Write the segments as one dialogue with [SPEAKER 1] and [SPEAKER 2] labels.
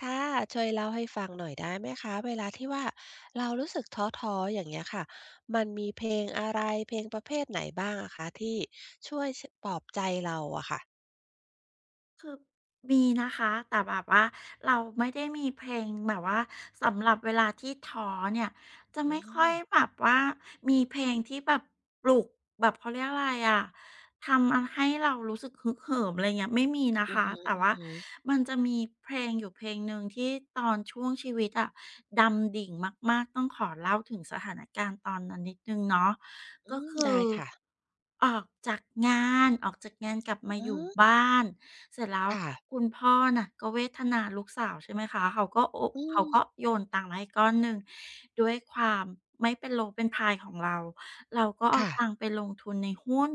[SPEAKER 1] ค่ะช่วยเล่าให้ฟังหน่อยได้ไหมคะเวลาที่ว่าเรารู้สึกท้อๆอย่างเงี้ยค่ะมันมีเพลงอะไรเพลงประเภทไหนบ้างอะคะที่ช่วยชปลอบใจเราอะค่ะ
[SPEAKER 2] มีนะคะแต่แบบว่าเราไม่ได้มีเพลงแบบว่าสำหรับเวลาที่ท้อเนี่ยจะ
[SPEAKER 1] อื
[SPEAKER 2] ไม่ค่อย
[SPEAKER 1] ม
[SPEAKER 2] แบบว่ามีเพลงที่แบบปลุกแบบเขาเรียกอะไรอะทำให้เรารู้สึกฮึกเหิมอะไรเงี้ยไม่มีนะ
[SPEAKER 1] อือ
[SPEAKER 2] คะ
[SPEAKER 1] ฮึ
[SPEAKER 2] แต่ว่ามันจะมีเพลงอยู่เพลงหนึ่งที่ตอนช่วงชีวิตอะดำดิ่งมากๆต้องขอเล่าถึงสถานการณ์ตอนนั้นนิดนึงเนาะ
[SPEAKER 1] ๆอื
[SPEAKER 2] ก็
[SPEAKER 1] ม
[SPEAKER 2] คือ
[SPEAKER 1] ได้ค่ะ
[SPEAKER 2] ออกจากงานออกจากงานกลับมาอ
[SPEAKER 1] อื
[SPEAKER 2] ยู่
[SPEAKER 1] ม
[SPEAKER 2] บ้านเสร็จแล้ว
[SPEAKER 1] ค่ะ
[SPEAKER 2] คุณพ่อน่ะก็เวทนาลูกสาวใช่ไหมคะเขาก็โอะ
[SPEAKER 1] อื
[SPEAKER 2] เขา
[SPEAKER 1] ม
[SPEAKER 2] ก็โยนตังค์มาให้ก้อนหนึ่งด้วยความไม่เป็นโลเป็นพายของเราเราก็เอา
[SPEAKER 1] ค่ะ
[SPEAKER 2] ตังค์ไปลงทุนในหุ้น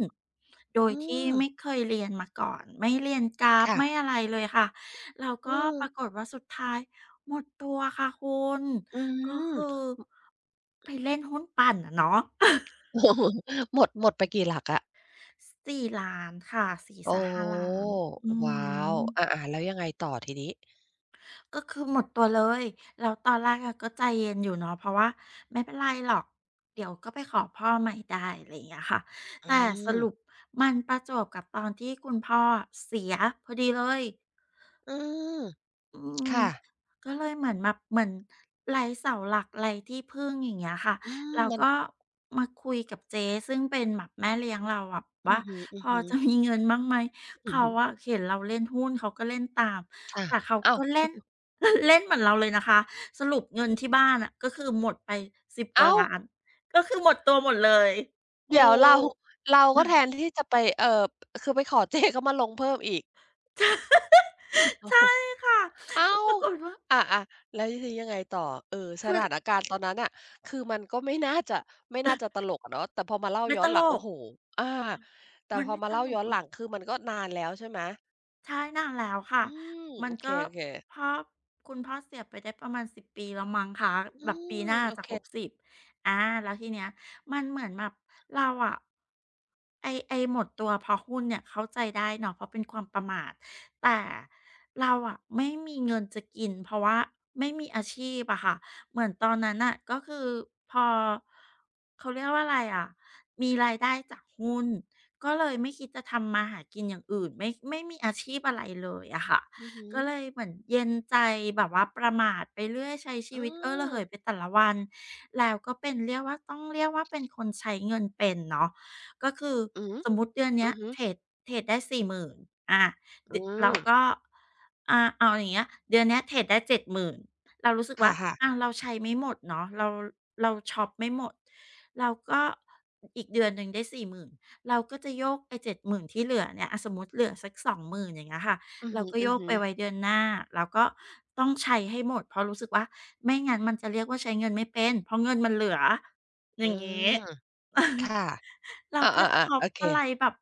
[SPEAKER 2] โดย
[SPEAKER 1] อื
[SPEAKER 2] ที่
[SPEAKER 1] ม
[SPEAKER 2] ไม่เคยเรียนมาก่อนไม่เรียนกราฟ
[SPEAKER 1] ค่ะ
[SPEAKER 2] ไม่อะไรเลยค่ะแล้ว
[SPEAKER 1] อื
[SPEAKER 2] ก็
[SPEAKER 1] ม
[SPEAKER 2] ปรากฏว่าสุดท้ายหมดตัวค่ะคุณ
[SPEAKER 1] อื
[SPEAKER 2] ก็
[SPEAKER 1] ม
[SPEAKER 2] คือไปเล่นหุ้นปั่นอะเนาะ
[SPEAKER 1] โอ้โฮหมดหมดไปกี่หลักอะ
[SPEAKER 2] สี่ล้านค่ะสี่
[SPEAKER 1] โอ้
[SPEAKER 2] 4ห้าล้านอื
[SPEAKER 1] ว้าว
[SPEAKER 2] ม
[SPEAKER 1] อาๆแล้วยังไงต่อทีนี้
[SPEAKER 2] ก็คือหมดตัวเลยแล้วตอนแรกอะก็ใจเย็นอยู่เนาะเพราะว่าไม่เป็นไรหรอกเดี๋ยวก็ไปขอพ่อใหม่ได้อะไรอย่างเงี้ยค่ะ
[SPEAKER 1] อื
[SPEAKER 2] แต่ส
[SPEAKER 1] ม
[SPEAKER 2] รุปมันประจวบกับตอนที่คุณพ่อเสียพอดีเลย
[SPEAKER 1] อืม
[SPEAKER 2] อืม
[SPEAKER 1] ค่ะ
[SPEAKER 2] ก็เลยเหมือนแบบเหมือนไร้เสาหลักไร้ที่พึ่งอย่างเงี้ยค่ะ
[SPEAKER 1] อืม
[SPEAKER 2] เรา
[SPEAKER 1] มัน
[SPEAKER 2] ก็มาคุยกับเจ๊ซึ่งเป็นแบบแม่เลี้ยงเราแบบ
[SPEAKER 1] อื
[SPEAKER 2] ว่า
[SPEAKER 1] อฮึ
[SPEAKER 2] พอจะ
[SPEAKER 1] ๆ
[SPEAKER 2] มีเงินบ้างไหม
[SPEAKER 1] อือ
[SPEAKER 2] เขา
[SPEAKER 1] ฮึ
[SPEAKER 2] อะเห็นเราเล่นหุ้นเขาก็เล่นตาม
[SPEAKER 1] ค่ะ
[SPEAKER 2] แต่เขา
[SPEAKER 1] อ้าว
[SPEAKER 2] ก็เล่น เล่นเหมือนเราเลยนะคะสรุปเงินที่บ้านน่ะก็คือหมดไปสิบกว่า
[SPEAKER 1] อ้าว
[SPEAKER 2] ล้านก็คือหมดตัวหมดเลยโอ้
[SPEAKER 1] เดี๋ยวเราก็แท นที่จะไปคือไปขอเจ๊เขามาลงเพิ่มอีก
[SPEAKER 2] ใช่
[SPEAKER 1] โอ้
[SPEAKER 2] ใช่
[SPEAKER 1] โฮ
[SPEAKER 2] ค่ะ
[SPEAKER 1] อ้า
[SPEAKER 2] ก็ป
[SPEAKER 1] ว
[SPEAKER 2] รากฏว่า
[SPEAKER 1] อาๆแล้วทีนี้ยังไงต่อเออส
[SPEAKER 2] คือ
[SPEAKER 1] ถานการณ์ตอนนั้นน่ะคือมันก็ไม่น่าจะตลกอะเนาะแต่พอมาเล่า
[SPEAKER 2] ไม่
[SPEAKER 1] ย้อ
[SPEAKER 2] ต
[SPEAKER 1] นห
[SPEAKER 2] ล
[SPEAKER 1] ลังโอ้
[SPEAKER 2] ก
[SPEAKER 1] โฮอาแต่
[SPEAKER 2] มัน
[SPEAKER 1] พอ
[SPEAKER 2] ไม่
[SPEAKER 1] มา
[SPEAKER 2] ต
[SPEAKER 1] เล่า
[SPEAKER 2] ล
[SPEAKER 1] ย้อ
[SPEAKER 2] ก
[SPEAKER 1] น
[SPEAKER 2] เล
[SPEAKER 1] หลั
[SPEAKER 2] ย
[SPEAKER 1] ง
[SPEAKER 2] ค่ะ
[SPEAKER 1] คือมันก็นานแล้วใช่ไหม
[SPEAKER 2] ใช่นานแล้วค่ะ
[SPEAKER 1] อืม
[SPEAKER 2] มั
[SPEAKER 1] โอ
[SPEAKER 2] นก็
[SPEAKER 1] เค
[SPEAKER 2] พ่
[SPEAKER 1] ๆ
[SPEAKER 2] อคุณพ่อเสียไปได้ประมาณ10 ปีแล้วมั้งคะ
[SPEAKER 1] อื
[SPEAKER 2] แบบปี
[SPEAKER 1] ม
[SPEAKER 2] หน้า
[SPEAKER 1] โอ
[SPEAKER 2] จะ
[SPEAKER 1] เค
[SPEAKER 2] ครบสิบอาแล้วทีเนี้ยมันเหมือนแบบเราอะไอไอหมดตัวเพราะหุ้นเนี่ยเข้าใจได้เนาะเพราะเป็นความประมาทแต่เราอะไม่มีเงินจะกินเพราะว่าไม่มีอาชีพอะค่ะเหมือนตอนนั้นน่ะก็คือพอเขาเรียกว่าอะไรอะมีรายได้จากหุ้น ก็เลยไม่คิดจะทำมาหากินอย่างอื่นไม่มีอาชีพอะไรเลยอะค่ะ
[SPEAKER 1] อือฮึ
[SPEAKER 2] ก็เลยเหมือนเย็นใจแบบว่าประมาทไปเรื่อยใช้ชี
[SPEAKER 1] อื
[SPEAKER 2] วิตเอ้อระ
[SPEAKER 1] ม
[SPEAKER 2] เหยไปแต่ละวันแล้วก็เป็นเรียกว่าต้องเรียกว่าเป็นคนใช้เงินเป็นเนาะก็คือ
[SPEAKER 1] อือฮึ
[SPEAKER 2] สมมุติเดือนเนี้
[SPEAKER 1] อื
[SPEAKER 2] ย
[SPEAKER 1] อฮึ
[SPEAKER 2] เทรดได้40,000อาด
[SPEAKER 1] อื
[SPEAKER 2] เรา
[SPEAKER 1] ม
[SPEAKER 2] ก็เอาอย่างเงี้ยเดือนเนี้ยเทรดได้70,000เรารู้สึก
[SPEAKER 1] ค่
[SPEAKER 2] ว่า
[SPEAKER 1] ะ
[SPEAKER 2] อาเราใช้ไม่หมดเนาะเราช็อปไม่หมดเราก็อีกเดือนหนึ่งได้40,000 เราก็จะโยกไอ้70,000ที่เหลือเนี่ยอะสมมุติเหลือสัก20,000อย่างเงี้ยค่ะ
[SPEAKER 1] ๆอือ
[SPEAKER 2] เราก็โยก
[SPEAKER 1] ฮึ
[SPEAKER 2] ไป
[SPEAKER 1] ๆ
[SPEAKER 2] ไว้เดือนหน้า แล้วก็ต้องใช้ให้หมดเพราะรู้สึกว่าไม่งั้นมันจะเรียกว่าใช้เงินไม่เป็นเพราะเงินมันเหลืออ
[SPEAKER 1] อื
[SPEAKER 2] ย่างงี้
[SPEAKER 1] มค่ะ
[SPEAKER 2] เราก็
[SPEAKER 1] อาๆ
[SPEAKER 2] ช็อ
[SPEAKER 1] ๆ
[SPEAKER 2] ป
[SPEAKER 1] โอเค
[SPEAKER 2] อะไรแบบ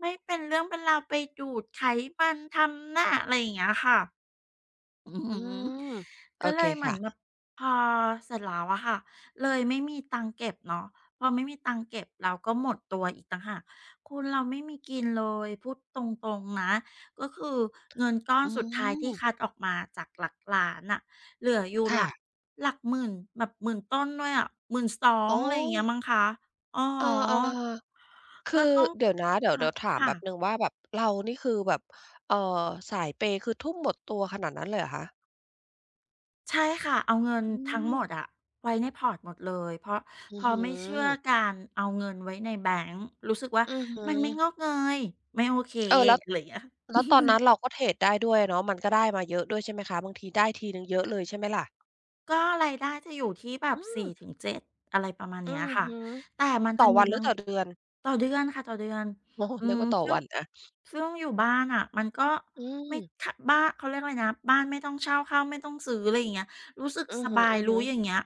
[SPEAKER 2] ไม่เป็นเรื่องเป็นราวไปดูดไขมันทำหน้าอะไรอย่างเงี้ยค่ะ อือ
[SPEAKER 1] อื
[SPEAKER 2] หือ
[SPEAKER 1] มโอ
[SPEAKER 2] ก็เล
[SPEAKER 1] เค
[SPEAKER 2] ยเหมือนแบบ
[SPEAKER 1] ค่ะ
[SPEAKER 2] พอเสร็จแล้วอะค่ะเลยไม่มีตังค์เก็บเนาะพอไม่มีตังค์เก็บเราก็หมดตัวอีกต่างหากคุณเราไม่มีกินเลยพูดตรงๆนะก็คือเงินก้อน
[SPEAKER 1] อื
[SPEAKER 2] สุดท้ายที่
[SPEAKER 1] ม
[SPEAKER 2] คัดออกมาจากหลักล้านอะเหลืออยู่หลัก
[SPEAKER 1] ค่ะ
[SPEAKER 2] หลักหมื่นแบบหมื่นต้นด้วยอะ12,000อ
[SPEAKER 1] อ๋
[SPEAKER 2] ง
[SPEAKER 1] อ
[SPEAKER 2] อะไรอย่างเงี้ยมั้งคะอ๋อ
[SPEAKER 1] เออๆ
[SPEAKER 2] ก็
[SPEAKER 1] คือ
[SPEAKER 2] ต้อง
[SPEAKER 1] เดี๋ยวนะเดี๋ยว
[SPEAKER 2] คั
[SPEAKER 1] เดี๋
[SPEAKER 2] ด
[SPEAKER 1] ยวถามแป๊บหนึ่ง
[SPEAKER 2] ค่ะ
[SPEAKER 1] ว่าแบบเรานี่คือแบบเอ่อสายเปย์คือทุ่มหมดตัวขนาดนั้นเลยเหรอคะ
[SPEAKER 2] ใช่ค่ะเอาเงิน
[SPEAKER 1] อื
[SPEAKER 2] ทั้งหมดอะ
[SPEAKER 1] ม
[SPEAKER 2] ไว้ในพอร์ตหมดเลยเพราะพ
[SPEAKER 1] อือ
[SPEAKER 2] อ
[SPEAKER 1] ฮึ
[SPEAKER 2] ไม่เชื่อ
[SPEAKER 1] อ
[SPEAKER 2] การเอาเงินไว้ในแบงก์รู้สึกว่า
[SPEAKER 1] อือฮึ
[SPEAKER 2] มันไม่งอกเงยไม่โอเค
[SPEAKER 1] เออแล้ว
[SPEAKER 2] อะไรอย่างเงี้ย
[SPEAKER 1] แล้วตอนนั้นเราก็เทรดได้ด้วยเนาะมันก็ได้มาเยอะด้วยใช่ไหมคะบางทีได้ทีหนึ่งเยอะเลยใช่ไหมล่ะ
[SPEAKER 2] ก็รายได้จะอยู่ที่แบบ
[SPEAKER 1] อื
[SPEAKER 2] สี่
[SPEAKER 1] ม
[SPEAKER 2] ถึงเจ็ดอะไรประมาณเนี้
[SPEAKER 1] อื
[SPEAKER 2] ย
[SPEAKER 1] อ
[SPEAKER 2] ค่ะ
[SPEAKER 1] ฮึ
[SPEAKER 2] แต่มันจะ
[SPEAKER 1] ต่อ
[SPEAKER 2] มี
[SPEAKER 1] วันหรื
[SPEAKER 2] บา
[SPEAKER 1] อ
[SPEAKER 2] ง
[SPEAKER 1] ต่อเดือน
[SPEAKER 2] ต่อเดือนค่ะต่อเดือน
[SPEAKER 1] โอ้
[SPEAKER 2] อื
[SPEAKER 1] นึก
[SPEAKER 2] ม
[SPEAKER 1] ว่าต่อ
[SPEAKER 2] ซึ่ง
[SPEAKER 1] วันอะ
[SPEAKER 2] ซึ่งอยู่บ้านอะมันก็
[SPEAKER 1] อืม
[SPEAKER 2] ไม่ขบ้านเขาเรียกอะไรนะบ้านไม่ต้องเช่าข้าวไม่ต้องซื้ออะไรอย่างเงี้ยรู้สึก
[SPEAKER 1] อือ
[SPEAKER 2] ส
[SPEAKER 1] ฮ
[SPEAKER 2] บายรู้
[SPEAKER 1] ึ
[SPEAKER 2] อย่าง
[SPEAKER 1] ๆ
[SPEAKER 2] เงี้ย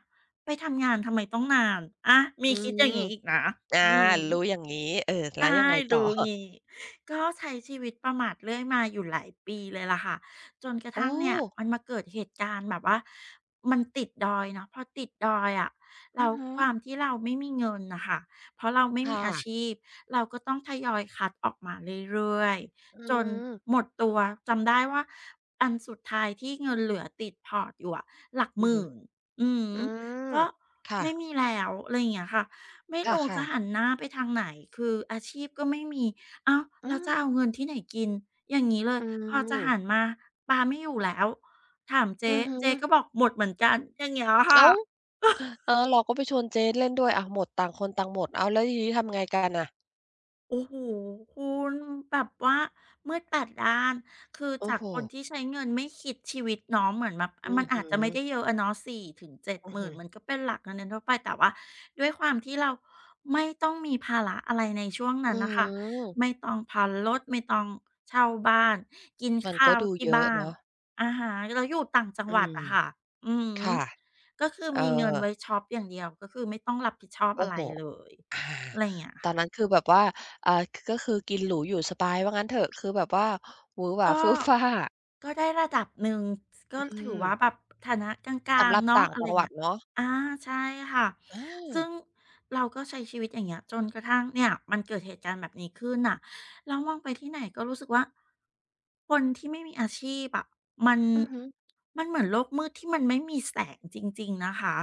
[SPEAKER 2] ไปทำงานทำไมต้องนานอามี
[SPEAKER 1] อื
[SPEAKER 2] คิดอ
[SPEAKER 1] ม
[SPEAKER 2] ย่างงี้อีกนะ
[SPEAKER 1] อา
[SPEAKER 2] อืม
[SPEAKER 1] รู้อย่างงี้เออแล้วยั
[SPEAKER 2] ใช่
[SPEAKER 1] งไงต่อ
[SPEAKER 2] รู้งี้ก็ใช้ชีวิตประมาทเรื่อยมาอยู่หลายปีเลยล่ะค่ะจนกระ
[SPEAKER 1] โอ้
[SPEAKER 2] ทั่งเนี่ยมันมาเกิดเหตุการณ์แบบว่ามันติดดอยเนาะพอติดดอยอะ
[SPEAKER 1] อื
[SPEAKER 2] แล้ว
[SPEAKER 1] อฮะ
[SPEAKER 2] ความที่เราไม่มีเงินน่ะค่ะเพราะเราไม่มีอา
[SPEAKER 1] ค่ะ
[SPEAKER 2] ชีพเราก็ต้องทยอยคัดออกมาเรื่อย
[SPEAKER 1] อื
[SPEAKER 2] ๆจนหม
[SPEAKER 1] ม
[SPEAKER 2] ดตัวจำได้ว่าอันสุดท้ายที่เงินเหลือติดพอร์ตอยู่อะหลักห
[SPEAKER 1] อือฮึ
[SPEAKER 2] มื่นอือฮึ
[SPEAKER 1] อืม
[SPEAKER 2] ก็
[SPEAKER 1] ค่ะ
[SPEAKER 2] ไม่มีแล้วอะไรอย่างเงี้ยค่ะ ไม่รู้จะ
[SPEAKER 1] ค่ะๆ
[SPEAKER 2] หันหน้าไปทางไหนคืออาชีพก็ไม่มีอ้าว
[SPEAKER 1] อื
[SPEAKER 2] แล้วจะ
[SPEAKER 1] ม
[SPEAKER 2] เอาเงินที่ไหนกินอย่างงี้เลย
[SPEAKER 1] อื
[SPEAKER 2] พอจะหัน
[SPEAKER 1] ม
[SPEAKER 2] มาปลาไม่อยู่แล้วถามเจ๊
[SPEAKER 1] อือฮึ
[SPEAKER 2] เจ๊ก็บอกหมดเหมือนกันอย่างเงี้ยค่ะ
[SPEAKER 1] อ้าวเออเราก็ไปชวนเจ๊เล่นด้วยอ้าวหมดต่างคนต่างหมดอ้าวแล้วทีนี้ทำไงกันน่ะ
[SPEAKER 2] โอ้โหคุณแบบว่ามืดัดด้านคือ
[SPEAKER 1] โอ้
[SPEAKER 2] จาก
[SPEAKER 1] โฮ
[SPEAKER 2] คนที่ใช้เงินไม่คิดชีวิตเนาะเหมือนแบบอ
[SPEAKER 1] อื
[SPEAKER 2] มั
[SPEAKER 1] อ
[SPEAKER 2] นอา
[SPEAKER 1] ฮึ
[SPEAKER 2] จจะไม่ได้เยอะอะเนาะ
[SPEAKER 1] อือฮึ
[SPEAKER 2] 4,000-70,000มนมันก็เป็นหลักเงินเดือนทั่วไปแต่ว่าด้วยความที่เราไม่ต้องมีภาระอะไรในช่วง
[SPEAKER 1] อื
[SPEAKER 2] นั้นน่ะค่ะไม่
[SPEAKER 1] ม
[SPEAKER 2] ต้องผ่อนรถไม่ต้องเช่าบ้านกิน
[SPEAKER 1] มัน
[SPEAKER 2] ข้า
[SPEAKER 1] ก็
[SPEAKER 2] ว
[SPEAKER 1] ดู
[SPEAKER 2] ที่
[SPEAKER 1] เยอะ
[SPEAKER 2] บ้าน
[SPEAKER 1] เนาะ
[SPEAKER 2] อะฮะแล้วอยู่ต่างจัง
[SPEAKER 1] อื
[SPEAKER 2] หวัด
[SPEAKER 1] ม
[SPEAKER 2] อะค่ะอือฮึ
[SPEAKER 1] ค่ะ
[SPEAKER 2] ก็คือ
[SPEAKER 1] เออ
[SPEAKER 2] มีเงินไว้ช็อปอย่างเดียวก็คือไม่ต้องรับผิดชอบ
[SPEAKER 1] โอ้
[SPEAKER 2] อะไร
[SPEAKER 1] โฮ
[SPEAKER 2] เลยอะไรอย่างเงี้ย
[SPEAKER 1] ตอ
[SPEAKER 2] ค่ะ
[SPEAKER 1] นนั้นคือแบบว่าอ่าก็คือกินหรูอยู่สบายว่างั้นเถอะคือแบบว่าหวือหวา
[SPEAKER 2] ก็
[SPEAKER 1] เฟื่อฟ้า
[SPEAKER 2] ก็ได้ระดับหนึ่งก็
[SPEAKER 1] อื
[SPEAKER 2] ถือว่าแบ
[SPEAKER 1] ม
[SPEAKER 2] บฐานะกลา
[SPEAKER 1] สำ
[SPEAKER 2] ง
[SPEAKER 1] หรับ
[SPEAKER 2] ๆเนาะ
[SPEAKER 1] ต่าง
[SPEAKER 2] อะไร
[SPEAKER 1] จั
[SPEAKER 2] อ
[SPEAKER 1] ง
[SPEAKER 2] ย่า
[SPEAKER 1] ห
[SPEAKER 2] ง
[SPEAKER 1] วัด
[SPEAKER 2] เงี้ย
[SPEAKER 1] เนาะ
[SPEAKER 2] อาใช่ค่ะ
[SPEAKER 1] เออ
[SPEAKER 2] ซึ่งเราก็ใช้ชีวิตอย่างเงี้ยจนกระทั่งเนี่ยมันเกิดเหตุการณ์แบบนี้ขึ้นน่ะแล้วมองไปที่ไหนก็รู้สึกว่าคนที่ไม่มีอาชีพอะมัน
[SPEAKER 1] อือฮึ
[SPEAKER 2] มันเหมือนโลกมืดที่มันไม่มีแสงจริงๆนะคะ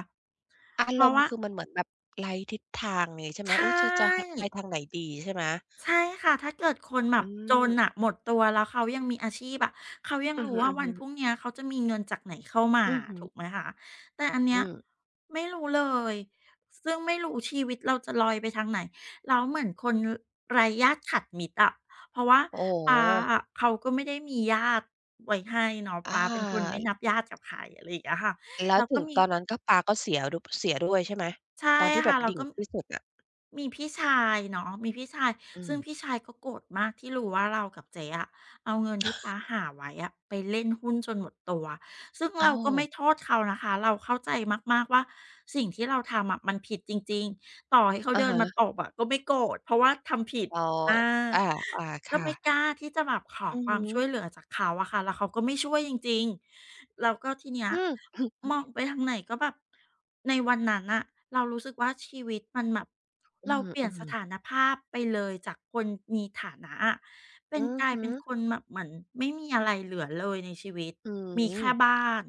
[SPEAKER 1] อา
[SPEAKER 2] เพ
[SPEAKER 1] ร
[SPEAKER 2] ราะ
[SPEAKER 1] มณ์
[SPEAKER 2] ว่า
[SPEAKER 1] คือมันเหมือนแบบไร้ทิศทางอย่างงี้ใช่ไหม
[SPEAKER 2] ใช่
[SPEAKER 1] อุ๊ยจะหไปทางไหนดีใช่ไหม
[SPEAKER 2] ใช่ค่ะถ้าเกิดคนแบ
[SPEAKER 1] อื
[SPEAKER 2] บจน
[SPEAKER 1] ม
[SPEAKER 2] น่ะหมดตัวแล้วเขายังมีอาชีพอะเขายัง
[SPEAKER 1] อือ
[SPEAKER 2] รู้
[SPEAKER 1] ฮึ
[SPEAKER 2] ว่าวันพรุ่ง
[SPEAKER 1] ๆ
[SPEAKER 2] เนี้ยเขาจะมีเงินจากไหนเข้ามา
[SPEAKER 1] อือฮึ
[SPEAKER 2] ถูกไหมคะแต่อันเนี้
[SPEAKER 1] อื
[SPEAKER 2] ย
[SPEAKER 1] ม
[SPEAKER 2] ไม่รู้เลย ซึ่งไม่รู้ชีวิตเราจะลอยไปทางไหนแล้วเหมือนคนไร้ญาติขัดมิตรอะเพราะว่า
[SPEAKER 1] โอ้โ
[SPEAKER 2] ป๊า
[SPEAKER 1] ฮ
[SPEAKER 2] อะเขาก็ไม่ได้มีญาติไว้ให้เนาะ
[SPEAKER 1] อ
[SPEAKER 2] ป๊าเป็นคนไม่
[SPEAKER 1] า
[SPEAKER 2] นับญาติกับใครอะไรอย่างเงี้ยค่ะ
[SPEAKER 1] แล้ว
[SPEAKER 2] แล้ว
[SPEAKER 1] ถึ
[SPEAKER 2] ก็
[SPEAKER 1] ง
[SPEAKER 2] มี
[SPEAKER 1] ตอนนั้นก็ปลาก็เสียดุเสียด้วยใช่ไหม
[SPEAKER 2] ใช่
[SPEAKER 1] ตอนที่แบ
[SPEAKER 2] ค่ะ
[SPEAKER 1] บ
[SPEAKER 2] เรา
[SPEAKER 1] ดิ่ง
[SPEAKER 2] ก็
[SPEAKER 1] ที่สุดอะ
[SPEAKER 2] มีพี่ชายเนาะมีพี่ชาย
[SPEAKER 1] อืม
[SPEAKER 2] ซึ่งพี่ชายก็โกรธมากที่รู้ว่าเรากับเจ๊อะเอาเงินที่ป๊าหาไว้อะไปเล่นหุ้นจนหมดตัวซึ่งเรา
[SPEAKER 1] อ้าว
[SPEAKER 2] ก็ไม่โทษเขานะคะเราเข้าใจมากๆว่าสิ่งที่เราทำอะมันผิดจริงๆต่อให้เขา
[SPEAKER 1] อะ
[SPEAKER 2] เดินมา
[SPEAKER 1] ฮะ
[SPEAKER 2] ตบอะก็ไม่โกรธเพราะว่าทำผิด
[SPEAKER 1] อ๋อ
[SPEAKER 2] อา
[SPEAKER 1] อาอา
[SPEAKER 2] เรา
[SPEAKER 1] ค่ะ
[SPEAKER 2] ไม่กล้าที่จะแบบขอ
[SPEAKER 1] อือ
[SPEAKER 2] ควา
[SPEAKER 1] ฮึ
[SPEAKER 2] มช่วยเหลือจากเขาอะค่ะแล้วเขาก็ไม่ช่วยจริงๆแล้วก็ทีเนี้ย
[SPEAKER 1] อืม
[SPEAKER 2] ม
[SPEAKER 1] อ
[SPEAKER 2] องไปทางไหนก็แบบในวันนั้นน่ะเรารู้สึกว่าชีวิตมันแบบ
[SPEAKER 1] ื
[SPEAKER 2] เราเปลี่ยนส
[SPEAKER 1] ม
[SPEAKER 2] ถา
[SPEAKER 1] ๆ
[SPEAKER 2] นภาพไปเลยจากคนมีฐานะอะเป็
[SPEAKER 1] อื
[SPEAKER 2] น
[SPEAKER 1] อ
[SPEAKER 2] กลาย
[SPEAKER 1] ฮึ
[SPEAKER 2] เป็นคนแบบเหมือนไม่มีอะไรเหลือเลยในชีวิต
[SPEAKER 1] อือ
[SPEAKER 2] มีแค่บ้าน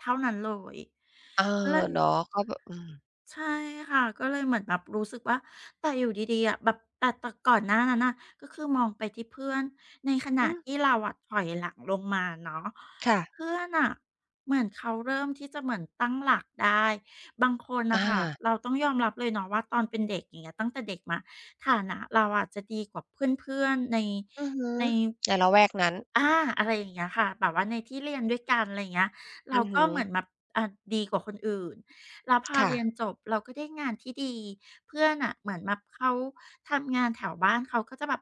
[SPEAKER 2] เท่านั้นเลย
[SPEAKER 1] เออ
[SPEAKER 2] ก็เลย
[SPEAKER 1] เนาะก็แบบอืม
[SPEAKER 2] ใช่ค่ะก็เลยเหมือนแบบรู้สึกว่าแต่อยู่ดีๆอะแบบแต่ก่อนหน้านั้นน่ะก็คือมองไปที่เพื่อนในขณะ
[SPEAKER 1] อืม
[SPEAKER 2] ที่เราอะถอยหลังลงมาเนาะ
[SPEAKER 1] ค่ะ
[SPEAKER 2] เพื่อนน่ะเหมือนเขาเริ่มที่จะเหมือนตั้งหลักได้บางคน
[SPEAKER 1] อา
[SPEAKER 2] น่ะค่ะเราต้องยอมรับเลยเนาะว่าตอนเป็นเด็กอย่างเงี้ยตั้งแต่เด็กมาฐานะเราอะจะดีกว่าเพื่อนๆใน
[SPEAKER 1] อือฮึ
[SPEAKER 2] ใน
[SPEAKER 1] ในละแวกนั้น
[SPEAKER 2] อาอะไรอย่างเงี้ยค่ะแบบว่าในที่เรียนด้วยกันอะไรอย่างเงี้ยเรา
[SPEAKER 1] อือ
[SPEAKER 2] ก็
[SPEAKER 1] ฮึ
[SPEAKER 2] เหมือนแบบอ่าดีกว่าคนอื่นแล้วพอ
[SPEAKER 1] ค่ะ
[SPEAKER 2] เรียนจบเราก็ได้งานที่ดีเพื่อนน่ะเหมือนแบบเขาทำงานแถวบ้านเขาก็จะแบบ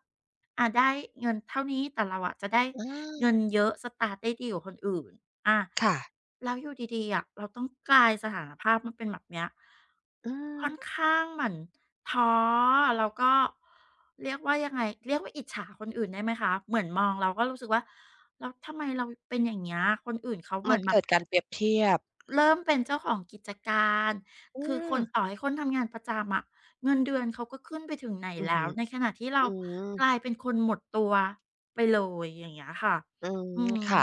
[SPEAKER 2] อ่าได้เงินเท่านี้แต่เราอะจะได้
[SPEAKER 1] อ
[SPEAKER 2] เงิ
[SPEAKER 1] า
[SPEAKER 2] นเยอะสตาร์ตได้ดีกว่าคนอื่นอา
[SPEAKER 1] ค่ะ
[SPEAKER 2] แล้วอยู่ดีๆอะเราต้องกลายสถานภาพมนเป็นแบบเนี้ย
[SPEAKER 1] อื
[SPEAKER 2] ค่อน
[SPEAKER 1] ม
[SPEAKER 2] ข้างเหมือนท้อแล้วก็เรียกว่ายังไงเรียกว่าอิจฉาคนอื่นได้ไหมคะเหมือนมองเราก็รู้สึกว่าแล้วทำไมเราเป็นอย่างเงี้ยคนอื่นเขาเห
[SPEAKER 1] มั
[SPEAKER 2] มือ
[SPEAKER 1] น
[SPEAKER 2] นแบบ
[SPEAKER 1] เกิดการเปรียบเทียบ
[SPEAKER 2] เริ่มเป็นเจ้าของกิจการ
[SPEAKER 1] อื
[SPEAKER 2] คือค
[SPEAKER 1] ม
[SPEAKER 2] นต่อให้คนทำงานประจำอะเงินเดือนเขาก็ขึ้นไปถึงไหน
[SPEAKER 1] อือ
[SPEAKER 2] แล้
[SPEAKER 1] ฮึ
[SPEAKER 2] วในขณะที่เรา
[SPEAKER 1] อืม
[SPEAKER 2] กลายเป็นคนหมดตัวไปเลยอย่างเงี้ยค่ะ
[SPEAKER 1] อืม
[SPEAKER 2] อืม
[SPEAKER 1] ค่ะ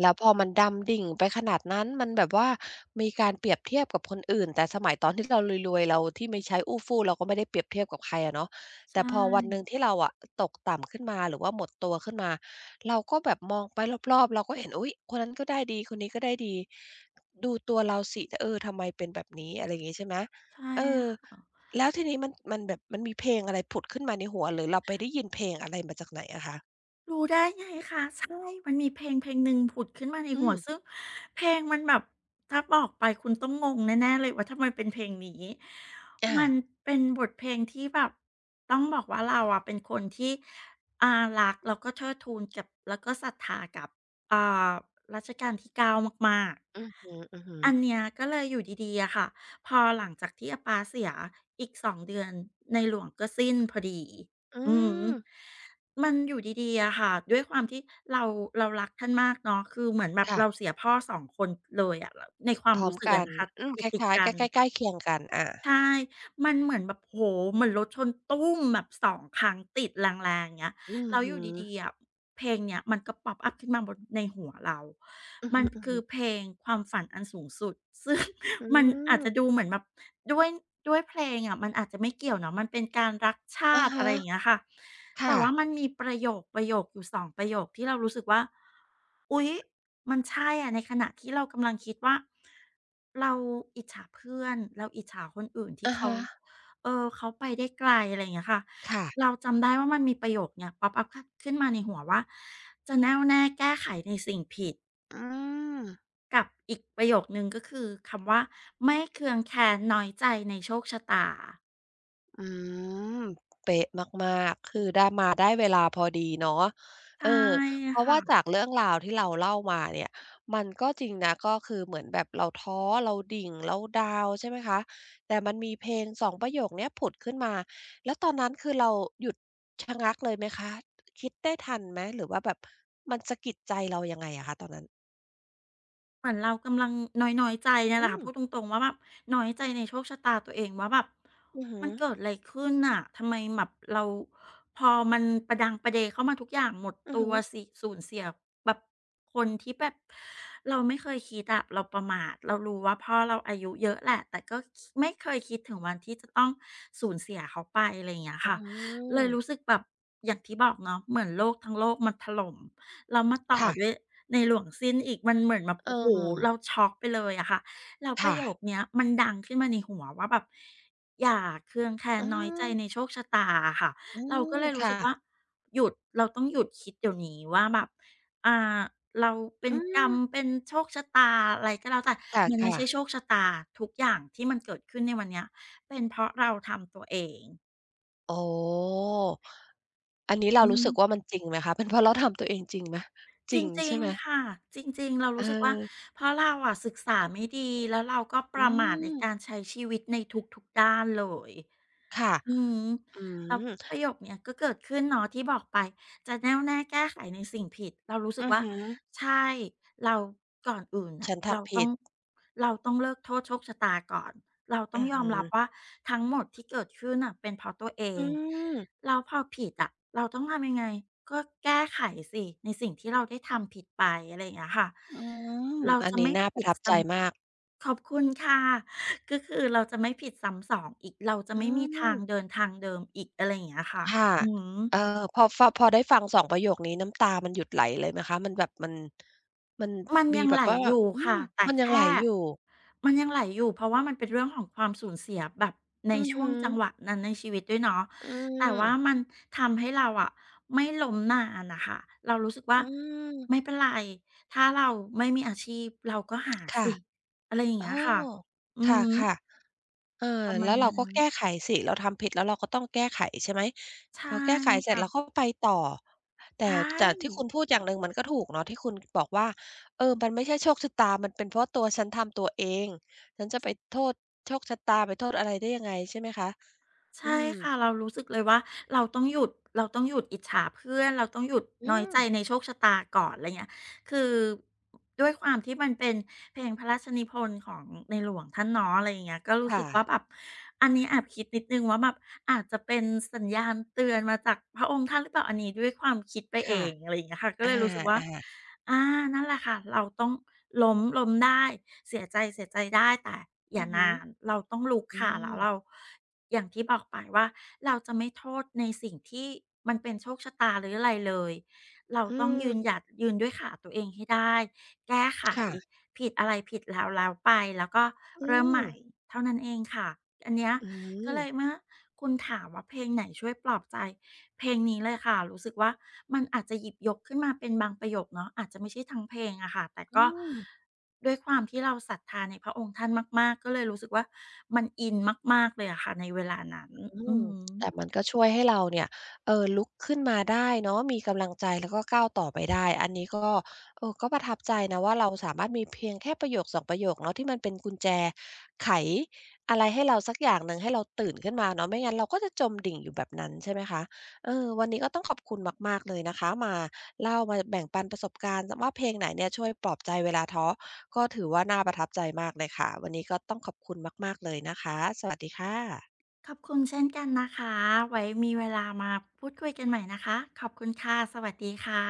[SPEAKER 1] แล้วพอมันดำดิ่งไปขนาดนั้นมันแบบว่ามีการเปรียบเทียบกับคนอื่นแต่สมัยตอนที่เรารวยๆเราที่ไม่ใช้อู้ฟู่เราก็ไม่ได้เปรียบเทียบกับใครอะเนาะ
[SPEAKER 2] ใช
[SPEAKER 1] แต่พอวันหนึ่
[SPEAKER 2] ่
[SPEAKER 1] งที่เราอะตกต่ำขึ้นมาหรือว่าหมดตัวขึ้นมาเราก็แบบมองไปรอบๆเราก็เห็นอุ๊ยคนนั้นก็ได้ดีคนนี้ก็ได้ดีดูตัวเราสิเออทำไมเป็นแบบนี้อะไรอย่างงี้ใช่ไหม
[SPEAKER 2] ใช่
[SPEAKER 1] เออ
[SPEAKER 2] ค่ะ
[SPEAKER 1] แล้วทีนี้มันแบบมันมีเพลงอะไรผุดขึ้นมาในหัวหรือเราไปได้ยินเพลงอะไรมาจากไหนอะคะ
[SPEAKER 2] รู้ได้ไงคะใช่มันมีเพลงเพลงหนึ่งผุดขึ้นมาใน
[SPEAKER 1] อื
[SPEAKER 2] หัว
[SPEAKER 1] ม
[SPEAKER 2] ซึ่งเพลงมันแบบถ้าบอกไปคุณต้องงงแน่ๆเลยว่าทำไมเป็นเพลงนี้
[SPEAKER 1] อา
[SPEAKER 2] มันเป็นบทเพลงที่แบบต้องบอกว่าเราอะเป็นคนที่อ่ารักแล้วก็เทิดทูนกับแล้วก็ศรัทธากับอ่ารัชกาลที่ 9มาก
[SPEAKER 1] อือฮึๆอฮึ
[SPEAKER 2] ๆอันเนี้ยก็เลยอยู่ดีๆอะค่ะพอหลังจากที่อาป๊าเสียอีก 2 เดือนในหลวงก็สิ้นพอดี
[SPEAKER 1] อื
[SPEAKER 2] อือ
[SPEAKER 1] ม
[SPEAKER 2] มันอยู่ดีๆอะค่ะด้วยความที่เราเรารักท่านมากเนาะคือเหมือนแบบ
[SPEAKER 1] ค่ะ
[SPEAKER 2] เราเสียพ่อ 2 คนเลยอะแล้วในความ
[SPEAKER 1] พร้อ
[SPEAKER 2] รู้
[SPEAKER 1] ม
[SPEAKER 2] สึก
[SPEAKER 1] กั
[SPEAKER 2] อะ
[SPEAKER 1] น
[SPEAKER 2] นะคะ
[SPEAKER 1] อืมค
[SPEAKER 2] ติด
[SPEAKER 1] ล้า
[SPEAKER 2] ๆ
[SPEAKER 1] ยๆ
[SPEAKER 2] กั
[SPEAKER 1] ใก
[SPEAKER 2] น
[SPEAKER 1] ล้ๆใกล้เคียงกันอา
[SPEAKER 2] ใช่มันเหมือนแบบโอ้โฮเหมือนรถชนตู้มแบบ2 ครั้งติดแรงๆอย่างเงี้ย
[SPEAKER 1] อือ
[SPEAKER 2] แล้วอ
[SPEAKER 1] ฮึ
[SPEAKER 2] ยู่ดีๆอะเพลงเนี้ยมันก็ pop up ขึ้นมาบนในหัวเรา
[SPEAKER 1] อือฮ
[SPEAKER 2] มันคื
[SPEAKER 1] ึ
[SPEAKER 2] อเพล
[SPEAKER 1] ๆ
[SPEAKER 2] งความฝันอันสูงสุดซึ่ง
[SPEAKER 1] อื
[SPEAKER 2] มันอาจ
[SPEAKER 1] ม
[SPEAKER 2] จะดูเหมือนแบบ ด้วยด้วยเพลงอะมันอาจจะไม่เกี่ยวเนาะมันเป็นการรักชา
[SPEAKER 1] อะ
[SPEAKER 2] ติอะ
[SPEAKER 1] ฮะ
[SPEAKER 2] ไรอย่างเงี้ยค่ะแต่
[SPEAKER 1] ค่ะ
[SPEAKER 2] ว่ามันมีประโยคอยู่สองประโยคที่เรารู้สึกว่าอุ๊ยมันใช่อะในขณะที่เรากำลังคิดว่าเราอิจฉาเพื่อนเราอิจฉาคนอื่นที่
[SPEAKER 1] อะ
[SPEAKER 2] เขา
[SPEAKER 1] ฮะ
[SPEAKER 2] เออเขาไปได้ไกลอะไรอย่างเงี้ยค่ะ
[SPEAKER 1] ค่ะ
[SPEAKER 2] เราจำได้ว่ามันมีประโยคเนี่ยป๊อปอัปขขึ้นมาในหัวว่าจะแน่วแน่แก้ไขในสิ่งผิด
[SPEAKER 1] อืม
[SPEAKER 2] กับอีกประโยคหนึ่งก็คือคำว่าไม่เคืองแค้นน้อยใจในโชคชะตา
[SPEAKER 1] อืมเป๊ะมากๆคือได้มาได้เวลาพอดีเนาะเอ
[SPEAKER 2] ใช่
[SPEAKER 1] อเพราะว่าจา
[SPEAKER 2] ค่ะ
[SPEAKER 1] กเรื่องราวที่เราเล่ามาเนี่ยมันก็จริงนะก็คือเหมือนแบบเราท้อเราดิ่งเราดาวน์ใช่ไหมคะแต่มันมีเพลงสองประโยคเนี้ยผุดขึ้นมาแล้วตอนนั้นคือเราหยุดชะงักเลยไหมคะคิดได้ทันไหมหรือว่าแบบมันสะกิดใจเรายังไงอะคะตอนนั้น
[SPEAKER 2] เหมือนเรากำลังน้อยๆใจเนี่ยแห
[SPEAKER 1] อื
[SPEAKER 2] ละค่ะ
[SPEAKER 1] ม
[SPEAKER 2] พูดตรงๆว่าแบบน้อยใจในโชคชะตาตัวเองว่าแบบ
[SPEAKER 1] อือฮึ
[SPEAKER 2] มันเกิดอะไรขึ้นน่ะทำไมแบบเราพอมันประดังประเดเข้ามาทุกอย่างหมด
[SPEAKER 1] อือ
[SPEAKER 2] ตั
[SPEAKER 1] ฮึ
[SPEAKER 2] วสิสูญเสียแบบคนที่แบบเราไม่เคยคิดอะเราประมาทเรารู้ว่าพ่อเราอายุเยอะแหละแต่ก็ไม่เคยคิดถึงวันที่จะต้องสูญเสียเขาไปอะไรอย่างเงี้ย
[SPEAKER 1] อื
[SPEAKER 2] ค่ะเลยรู้
[SPEAKER 1] ม
[SPEAKER 2] สึกแบบอย่างที่บอกเนาะเหมือนโลกทั้งโลกมันถล่ม แล้วมาต่อ
[SPEAKER 1] ค่ะ
[SPEAKER 2] ด้วยในหลวงซิ้นอีกมันเหมือนแบบ
[SPEAKER 1] เ
[SPEAKER 2] โอ้โฮ
[SPEAKER 1] ออ
[SPEAKER 2] เราช็อกไปเลยอะค่ะแล้วประ
[SPEAKER 1] ค่ะ
[SPEAKER 2] โยคเนี้ยมันดังขึ้นมาในหัวว่าแบบอย่าเคืองแค้น
[SPEAKER 1] อื
[SPEAKER 2] น้อยใจใน
[SPEAKER 1] ม
[SPEAKER 2] โชคชะตาอะค่ะ
[SPEAKER 1] อื
[SPEAKER 2] เราก็
[SPEAKER 1] ม
[SPEAKER 2] เลยรู้สึ
[SPEAKER 1] ค่ะ
[SPEAKER 2] กว่าหยุดเราต้องหยุดคิดเดี๋ยวนี้ว่าแบบอ่าเราเป็น
[SPEAKER 1] อื
[SPEAKER 2] กรร
[SPEAKER 1] ม
[SPEAKER 2] มเป็นโชคชะตาอะไรก็แล้วแต่มันไม่
[SPEAKER 1] ค่ะ
[SPEAKER 2] ใช่
[SPEAKER 1] ๆ
[SPEAKER 2] โชคชะตาทุกอย่างที่มันเกิดขึ้นในวันเนี้ยเป็นเพราะเราทำตัวเอง
[SPEAKER 1] อ๋ออันนี้เรา
[SPEAKER 2] อื
[SPEAKER 1] รู้
[SPEAKER 2] ม
[SPEAKER 1] สึกว่ามันจริงไหมคะเป็นเพราะเราทำตัวเองจริงไหมจ
[SPEAKER 2] จ
[SPEAKER 1] ริง
[SPEAKER 2] ริง
[SPEAKER 1] ใช่ไหม
[SPEAKER 2] ๆ ค่ะ จริงๆ เรา
[SPEAKER 1] เอ
[SPEAKER 2] รู้สึกว่า
[SPEAKER 1] อ
[SPEAKER 2] เพราะเราอะศึกษาไม่ดีแล้วเราก็ป
[SPEAKER 1] อื
[SPEAKER 2] ระมาทในการ
[SPEAKER 1] ม
[SPEAKER 2] ใช้ชีวิตในทุกๆด้านเลย
[SPEAKER 1] ค่ะ
[SPEAKER 2] อืม
[SPEAKER 1] อื
[SPEAKER 2] แล้ว
[SPEAKER 1] ม
[SPEAKER 2] ประโยคเนี้ยก็เกิดขึ้นเนาะที่บอกไปจะแน่วแน่แก้ไขในสิ่งผิดเรารู้สึก
[SPEAKER 1] อือ
[SPEAKER 2] ว่า
[SPEAKER 1] ฮึ
[SPEAKER 2] ใช่เราก่อนอื่นน่ะ
[SPEAKER 1] ฉัน
[SPEAKER 2] เรา
[SPEAKER 1] ทำ
[SPEAKER 2] ต้
[SPEAKER 1] ผิ
[SPEAKER 2] อง
[SPEAKER 1] ด
[SPEAKER 2] เราต้องเลิกโทษโชคชะตาก่อนเราต้อ
[SPEAKER 1] อื
[SPEAKER 2] ง
[SPEAKER 1] อ
[SPEAKER 2] ยอม
[SPEAKER 1] ฮึ
[SPEAKER 2] รับว่าทั้งหมดที่เกิดขึ้นน่ะเป็นเพราะตัวเอ
[SPEAKER 1] อื
[SPEAKER 2] ง
[SPEAKER 1] ม
[SPEAKER 2] แล้วพอผิดอะเราต้องทำยังไงก็แก้ไขสิในสิ่งที่เราได้ทำผิดไปอะไรอย่างเงี้ยค่ะ
[SPEAKER 1] อืม
[SPEAKER 2] เรา
[SPEAKER 1] อัน
[SPEAKER 2] จะ
[SPEAKER 1] นี้
[SPEAKER 2] ไม่
[SPEAKER 1] น่าป
[SPEAKER 2] ผิ
[SPEAKER 1] ระ
[SPEAKER 2] ด
[SPEAKER 1] ทับใจ
[SPEAKER 2] ซ้
[SPEAKER 1] มาก
[SPEAKER 2] ำขอบคุณค่ะ ก็คือเราจะไม่ผิดซ้ำสองอีกเราจะ
[SPEAKER 1] อื
[SPEAKER 2] ไม่มีทาง
[SPEAKER 1] ม
[SPEAKER 2] เดินทางเดิมอีกอะไรอย่างเงี้ยค่ะ
[SPEAKER 1] ค่ะ
[SPEAKER 2] อืม
[SPEAKER 1] เออพอได้ฟังสองประโยคนี้น้ำตามันหยุดไหลเลยไหมคะมันแบบมัน
[SPEAKER 2] มัน
[SPEAKER 1] มี
[SPEAKER 2] ยัง
[SPEAKER 1] แบ
[SPEAKER 2] ไหล
[SPEAKER 1] บว่า
[SPEAKER 2] อยู่
[SPEAKER 1] อื
[SPEAKER 2] ค่ะ
[SPEAKER 1] ม
[SPEAKER 2] แต่
[SPEAKER 1] มันยังไหล
[SPEAKER 2] แค่
[SPEAKER 1] อยู่
[SPEAKER 2] มันยังไหลอยู่เพราะว่ามันเป็นเรื่องของความสูญเสียแบบใน
[SPEAKER 1] อือ
[SPEAKER 2] ช่วง
[SPEAKER 1] ฮึ
[SPEAKER 2] จังหวะนั้นในชีวิตด้วยเนาะ
[SPEAKER 1] อื
[SPEAKER 2] แต่ว่ามั
[SPEAKER 1] ม
[SPEAKER 2] นทำให้เราอะไม่ล้มนานน่ะค่ะเรารู้สึกว่า
[SPEAKER 1] อื
[SPEAKER 2] ไม่
[SPEAKER 1] ม
[SPEAKER 2] เป็นไรถ้าเราไม่มีอาชีพเราก็หา
[SPEAKER 1] ค่ะ
[SPEAKER 2] สิอะไรอย่างเงี้
[SPEAKER 1] โอ้
[SPEAKER 2] ยค่ะอื
[SPEAKER 1] ค
[SPEAKER 2] อฮึ
[SPEAKER 1] ่ะๆเออ
[SPEAKER 2] ประมา
[SPEAKER 1] แล้
[SPEAKER 2] ณ
[SPEAKER 1] วเรา
[SPEAKER 2] นั้
[SPEAKER 1] ก็
[SPEAKER 2] น
[SPEAKER 1] แก้ไขสิเราทำผิดแล้วเราก็ต้องแก้ไขใช่ไหมพ
[SPEAKER 2] ใช่
[SPEAKER 1] อแก้ไขเสร็จเราก็
[SPEAKER 2] ค่ะ
[SPEAKER 1] ไปต่อ แต่
[SPEAKER 2] ใช่
[SPEAKER 1] แต่ที่คุณพูดอย่างหนึ่งมันก็ถูกเนาะที่คุณบอกว่าเออมันไม่ใช่โชคชะตามันเป็นเพราะตัวฉันทำตัวเอง ฉันจะไปโทษโชคชะตาไปโทษอะไรได้ยังไงใช่ไหมคะอื
[SPEAKER 2] ใช่
[SPEAKER 1] ม
[SPEAKER 2] ค่ะเรารู้สึกเลยว่าเราต้องหยุดเราต้องหยุดอิจฉาเพื่อนเราต้องหยุด
[SPEAKER 1] อื
[SPEAKER 2] น้อย
[SPEAKER 1] ม
[SPEAKER 2] ใจในโชคชะตาก่อนอะไรเงี้ยคือด้วยความที่มันเป็นเพลงพระราชนิพนธ์ของในหลวงท่านเนาะอะไรอย่างเงี้ยก็รู้สึ
[SPEAKER 1] ค่ะ
[SPEAKER 2] กว่าแบบอันนี้แอบคิดนิดหนึ่งว่าแบบอาจจะเป็นสัญญาณเตือนมาจากพระองค์ท่านหรือเปล่าอันนี้ด้วยความคิดไปเอ
[SPEAKER 1] ค่ะ
[SPEAKER 2] งอะไรอย่างเงี้ยค่ะก็
[SPEAKER 1] อา
[SPEAKER 2] เลยรู้สึกว่า
[SPEAKER 1] ๆ
[SPEAKER 2] อานั่นแหละค่ะเราต้องล้มล้มได้เสียใจเสียใจได้แต่อ
[SPEAKER 1] อื
[SPEAKER 2] ย่า
[SPEAKER 1] อฮึ
[SPEAKER 2] นานเราต้องลุก
[SPEAKER 1] อื
[SPEAKER 2] ค่ะแล้วเรา
[SPEAKER 1] ม
[SPEAKER 2] อย่างที่บอกไปว่าเราจะไม่โทษในสิ่งที่มันเป็นโชคชะตาหรืออะไรเลย เรา
[SPEAKER 1] อื
[SPEAKER 2] ต้องยืนหยัด
[SPEAKER 1] ม
[SPEAKER 2] ยืนด้วยขาตัวเองให้ได้แก้ไข
[SPEAKER 1] ค่ะ
[SPEAKER 2] ผิดอะไรผิดแล้วแล้วไปแล้วก็
[SPEAKER 1] อื
[SPEAKER 2] เริ่มให
[SPEAKER 1] ม
[SPEAKER 2] ม่เท่านั้นเองค่ะอันเนี้ย
[SPEAKER 1] อื
[SPEAKER 2] ก็เล
[SPEAKER 1] ม
[SPEAKER 2] ยเมื่อคุณถามว่าเพลงไหนช่วยปลอบใจเพลงนี้เลยค่ะรู้สึกว่ามันอาจจะหยิบยกขึ้นมาเป็นบางประโยคเนาะอาจจะไม่ใช่ทั้งเพลงอะค่ะแต่
[SPEAKER 1] อื
[SPEAKER 2] ก็
[SPEAKER 1] ม
[SPEAKER 2] ด้วยความที่เราศรัทธาในพระองค์ท่านมากๆก็เลยรู้สึกว่ามันอินมากๆเลยอะค่ะในเวลานั้น
[SPEAKER 1] อื
[SPEAKER 2] อื
[SPEAKER 1] ม
[SPEAKER 2] อฮึ
[SPEAKER 1] แต่มันก็ช่วยให้เราเนี่ยเออลุกขึ้นมาได้เนาะมีกำลังใจแล้วก็ก้าวต่อไปได้อันนี้ก็เออก็ประทับใจนะว่าเราสามารถมีเพียงแค่ประโยคสองประโยคเนาะที่มันเป็นกุญแจไขอะไรให้เราสักอย่างหนึ่งให้เราตื่นขึ้นมาเนาะไม่งั้นเราก็จะจมดิ่งอยู่แบบนั้นใช่ไหมคะเออวันนี้ก็ต้องขอบคุณมากๆเลยนะคะมาเล่ามาแบ่งปันประสบการณ์ว่าเพลงไหนเนี่ยช่วยปลอบใจเวลาท้อก็ถือว่าน่าประทับใจมากเลยค่ะวันนี้ก็ต้องขอบคุณมากๆเลยนะคะสวัสดีค่ะ
[SPEAKER 2] ขอบคุณเช่นกันนะคะไว้มีเวลามาพูดคุยกันใหม่นะคะขอบคุณค่ะสวัสดีค่ะ